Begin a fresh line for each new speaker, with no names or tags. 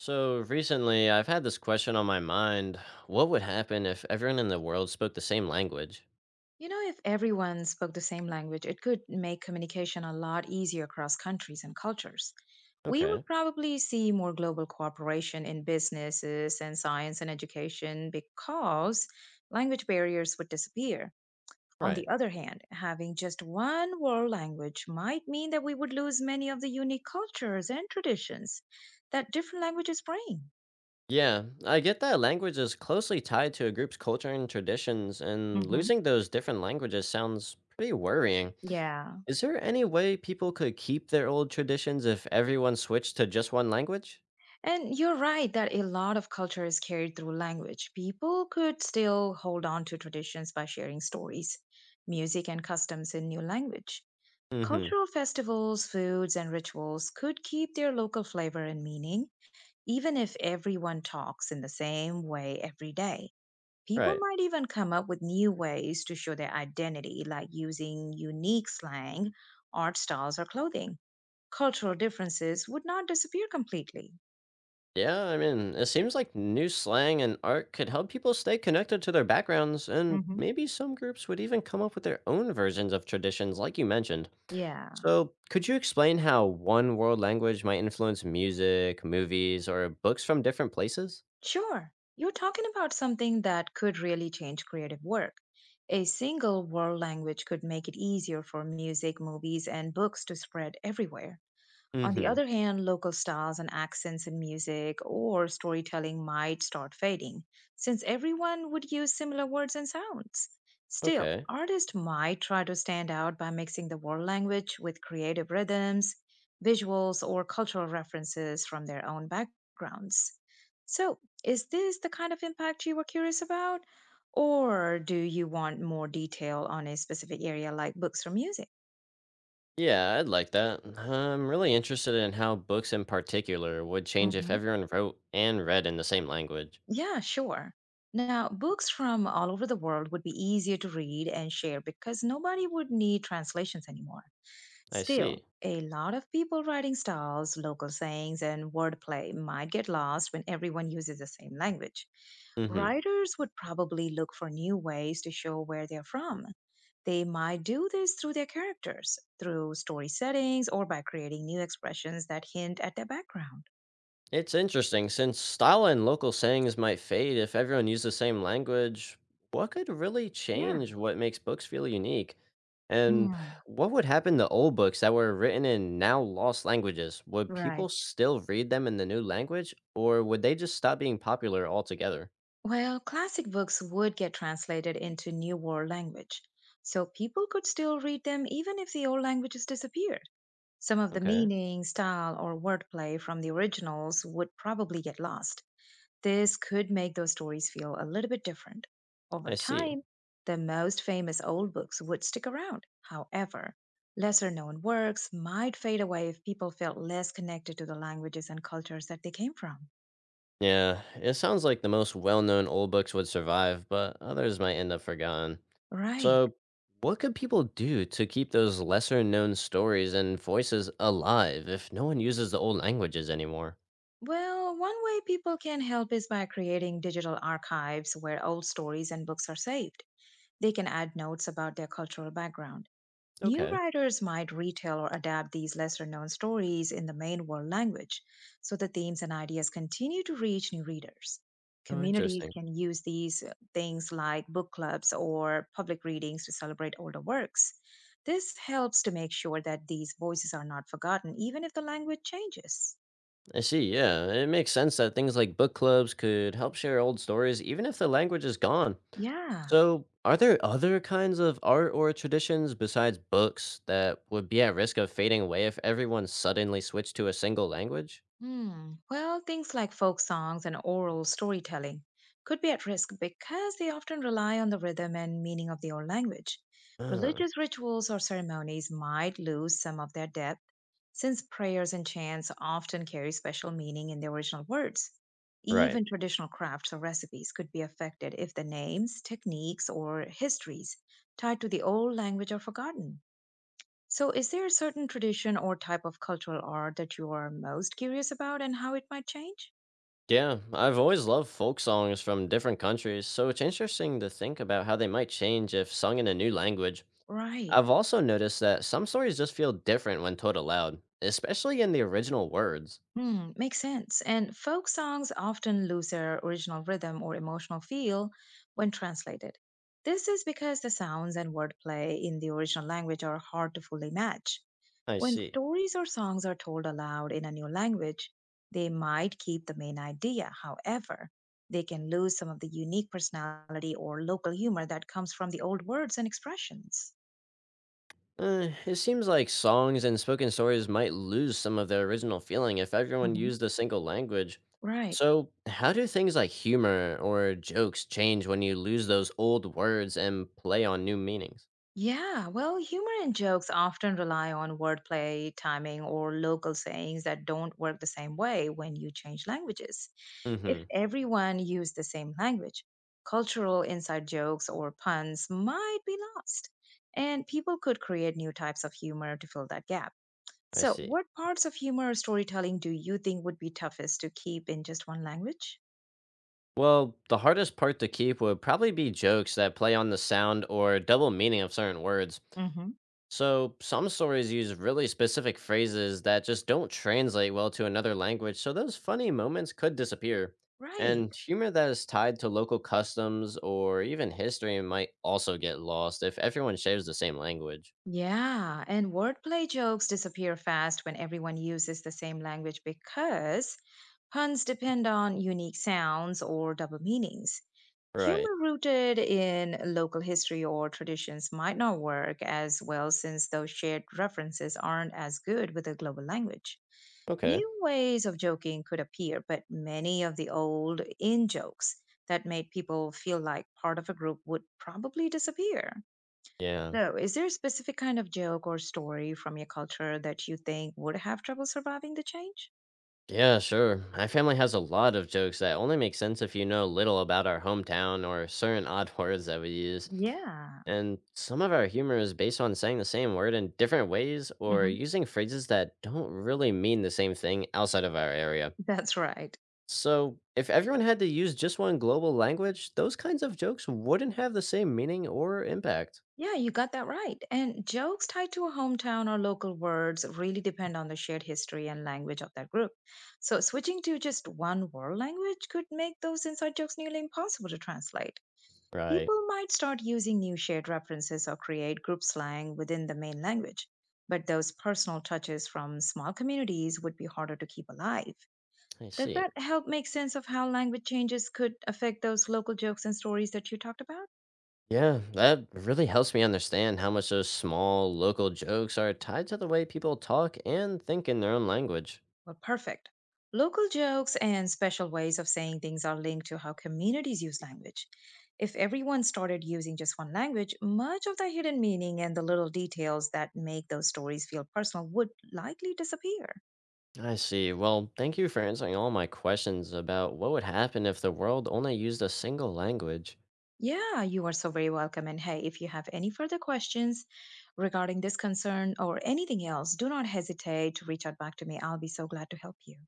So recently, I've had this question on my mind. What would happen if everyone in the world spoke the same language?
You know, if everyone spoke the same language, it could make communication a lot easier across countries and cultures. We
Okay,
would probably see more global cooperation in businesses and science and education because language barriers would disappear. On
right.
the other hand, having just one world language might mean that we would lose many of the unique cultures and traditions that different languages bring.
Yeah, I get that language is closely tied to a group's culture and traditions, and
hmm
losing those different languages sounds pretty worrying.
Yeah.
Is there any way people could keep their old traditions if everyone switched to just one language?
And you're right that a lot of culture is carried through language. People could still hold on to traditions by sharing stories, music, and customs in new language.
Mm hmm,
Cultural festivals, foods, and rituals could keep their local flavor and meaning, even if everyone talks in the same way every day. People
right.
might even come up with new ways to show their identity, like using unique slang, art styles, or clothing. Cultural differences would not disappear completely.
Yeah, I mean, it seems like new slang and art could help people stay connected to their backgrounds, and
hmm
maybe some groups would even come up with their own versions of traditions, like you mentioned.
Yeah.
So, could you explain how one world language might influence music, movies, or books from different places?
Sure. You're talking about something that could really change creative work. A single world language could make it easier for music, movies, and books to spread everywhere. On the
Mm-hmm.
other hand, local styles and accents in music or storytelling might start fading, since everyone would use similar words and sounds. Still,
Okay.
artists might try to stand out by mixing the world language with creative rhythms, visuals, or cultural references from their own backgrounds. So, is this the kind of impact you were curious about? Or do you want more detail on a specific area like books or music?
Yeah, I'd like that. I'm really interested in how books in particular would change if everyone wrote and read in the same language.
Yeah, sure. Now, books from all over the world would be easier to read and share because nobody would need translations anymore.
I
Still,
see.
a lot of people writing styles, local sayings, and wordplay might get lost when everyone uses the same language.
Mm-hmm.
Writers would probably look for new ways to show where they're from. They might do this through their characters, through story settings, or by creating new expressions that hint at their background.
It's interesting since style and local sayings might fade if everyone used the same language. What could really
Yeah.
change what makes books feel unique? And
Hmm.
what would happen to old books that were written in now lost languages? Would
Right.
people still read them in the new language, or would they just stop being popular altogether?
Well, classic books would get translated into new world language, so people could still read them even if the old languages disappeared. Some of the
Okay,
meaning, style, or wordplay from the originals would probably get lost. This could make those stories feel a little bit different.
I
Over
see.
time, the most famous old books would stick around. However, lesser known works might fade away if people felt less connected to the languages and cultures that they came from.
Yeah, it sounds like the most well known old books would survive, but others might end up forgotten.
Right.
So, what could people do to keep those lesser known stories and voices alive if no one uses the old languages anymore?
Well, one way people can help is by creating digital archives where old stories and books are saved. They can add notes about their cultural background. New
Okay.
writers might retell or adapt these lesser known stories in the main world language so the themes and ideas continue to reach new readers.
Oh,
Communities
interesting.
can use these things like book clubs or public readings to celebrate older works. This helps to make sure that these voices are not forgotten, even if the language changes.
I see. Yeah. It makes sense that things like book clubs could help share old stories even if the language is gone.
Yeah.
So, are there other kinds of art or traditions besides books that would be at risk of fading away if everyone suddenly switched to a single language?
Hmm. Well, things like folk songs and oral storytelling could be at risk because they often rely on the rhythm and meaning of the old language.
Uh,
Religious rituals or ceremonies might lose some of their depth since prayers and chants often carry special meaning in the original words.
right.
Even traditional crafts or recipes could be affected if the names, techniques, or histories tied to the old language are forgotten. So, is there a certain tradition or type of cultural art that you are most curious about and how it might change?
Yeah, I've always loved folk songs from different countries, so it's interesting to think about how they might change if sung in a new language.
Right.
I've also noticed that some stories just feel different when told aloud, especially in the original words.
Hmm, makes sense. And folk songs often lose their original rhythm or emotional feel when translated. This is because the sounds and wordplay in the original language are hard to fully match.
I
When
see.
stories or songs are told aloud in a new language, they might keep the main idea. However, they can lose some of the unique personality or local humor that comes from the old words and expressions.
It seems like songs and spoken stories might lose some of their original feeling if everyone
hmm
used a single language.
Right.
So, how do things like humor or jokes change when you lose those old words and play on new meanings?
Yeah, well, humor and jokes often rely on wordplay, timing, or local sayings that don't work the same way when you change languages.
Mm
If
hmm,
everyone used the same language, cultural inside jokes or puns might be lost, and people could create new types of humor to fill that gap.
I
So,
see.
what parts of humor or storytelling do you think would be toughest to keep in just one language?
Well, the hardest part to keep would probably be jokes that play on the sound or double meaning of certain words.
hmm
So, some stories use really specific phrases that just don't translate well to another language, so those funny moments could disappear.
Right.
And humor that is tied to local customs or even history might also get lost if everyone shares the same language.
Yeah. And wordplay jokes disappear fast when everyone uses the same language because puns depend on unique sounds or double meanings.
Right.
Humor rooted in local history or traditions might not work as well since those shared references aren't as good with a global language.
Okay.
New ways of joking could appear, but many of the old in jokes that made people feel like part of a group would probably disappear.
Yeah.
So, is there a specific kind of joke or story from your culture that you think would have trouble surviving the change?
Yeah, sure. My family has a lot of jokes that only make sense if you know little about our hometown or certain odd words that we use.
Yeah,
And some of our humor is based on saying the same word in different ways or
hmm
using phrases that don't really mean the same thing outside of our area.
that's right.
So, if everyone had to use just one global language, those kinds of jokes wouldn't have the same meaning or impact.
Yeah, you got that right. And jokes tied to a hometown or local words really depend on the shared history and language of that group. So, switching to just one world language could make those inside jokes nearly impossible to translate.
Right.
People might start using new shared references or create group slang within the main language, but those personal touches from small communities would be harder to keep alive.
I
Does
see.
that help make sense of how language changes could affect those local jokes and stories that you talked about?
Yeah, that really helps me understand how much those small local jokes are tied to the way people talk and think in their own language.
Well, perfect. Local jokes and special ways of saying things are linked to how communities use language. If everyone started using just one language, much of the hidden meaning and the little details that make those stories feel personal would likely disappear.
I see. Well, thank you for answering all my questions about what would happen if the world only used a single language.
Yeah, you are so very welcome. And hey, if you have any further questions regarding this concern or anything else, do not hesitate to reach out back to me. I'll be so glad to help you.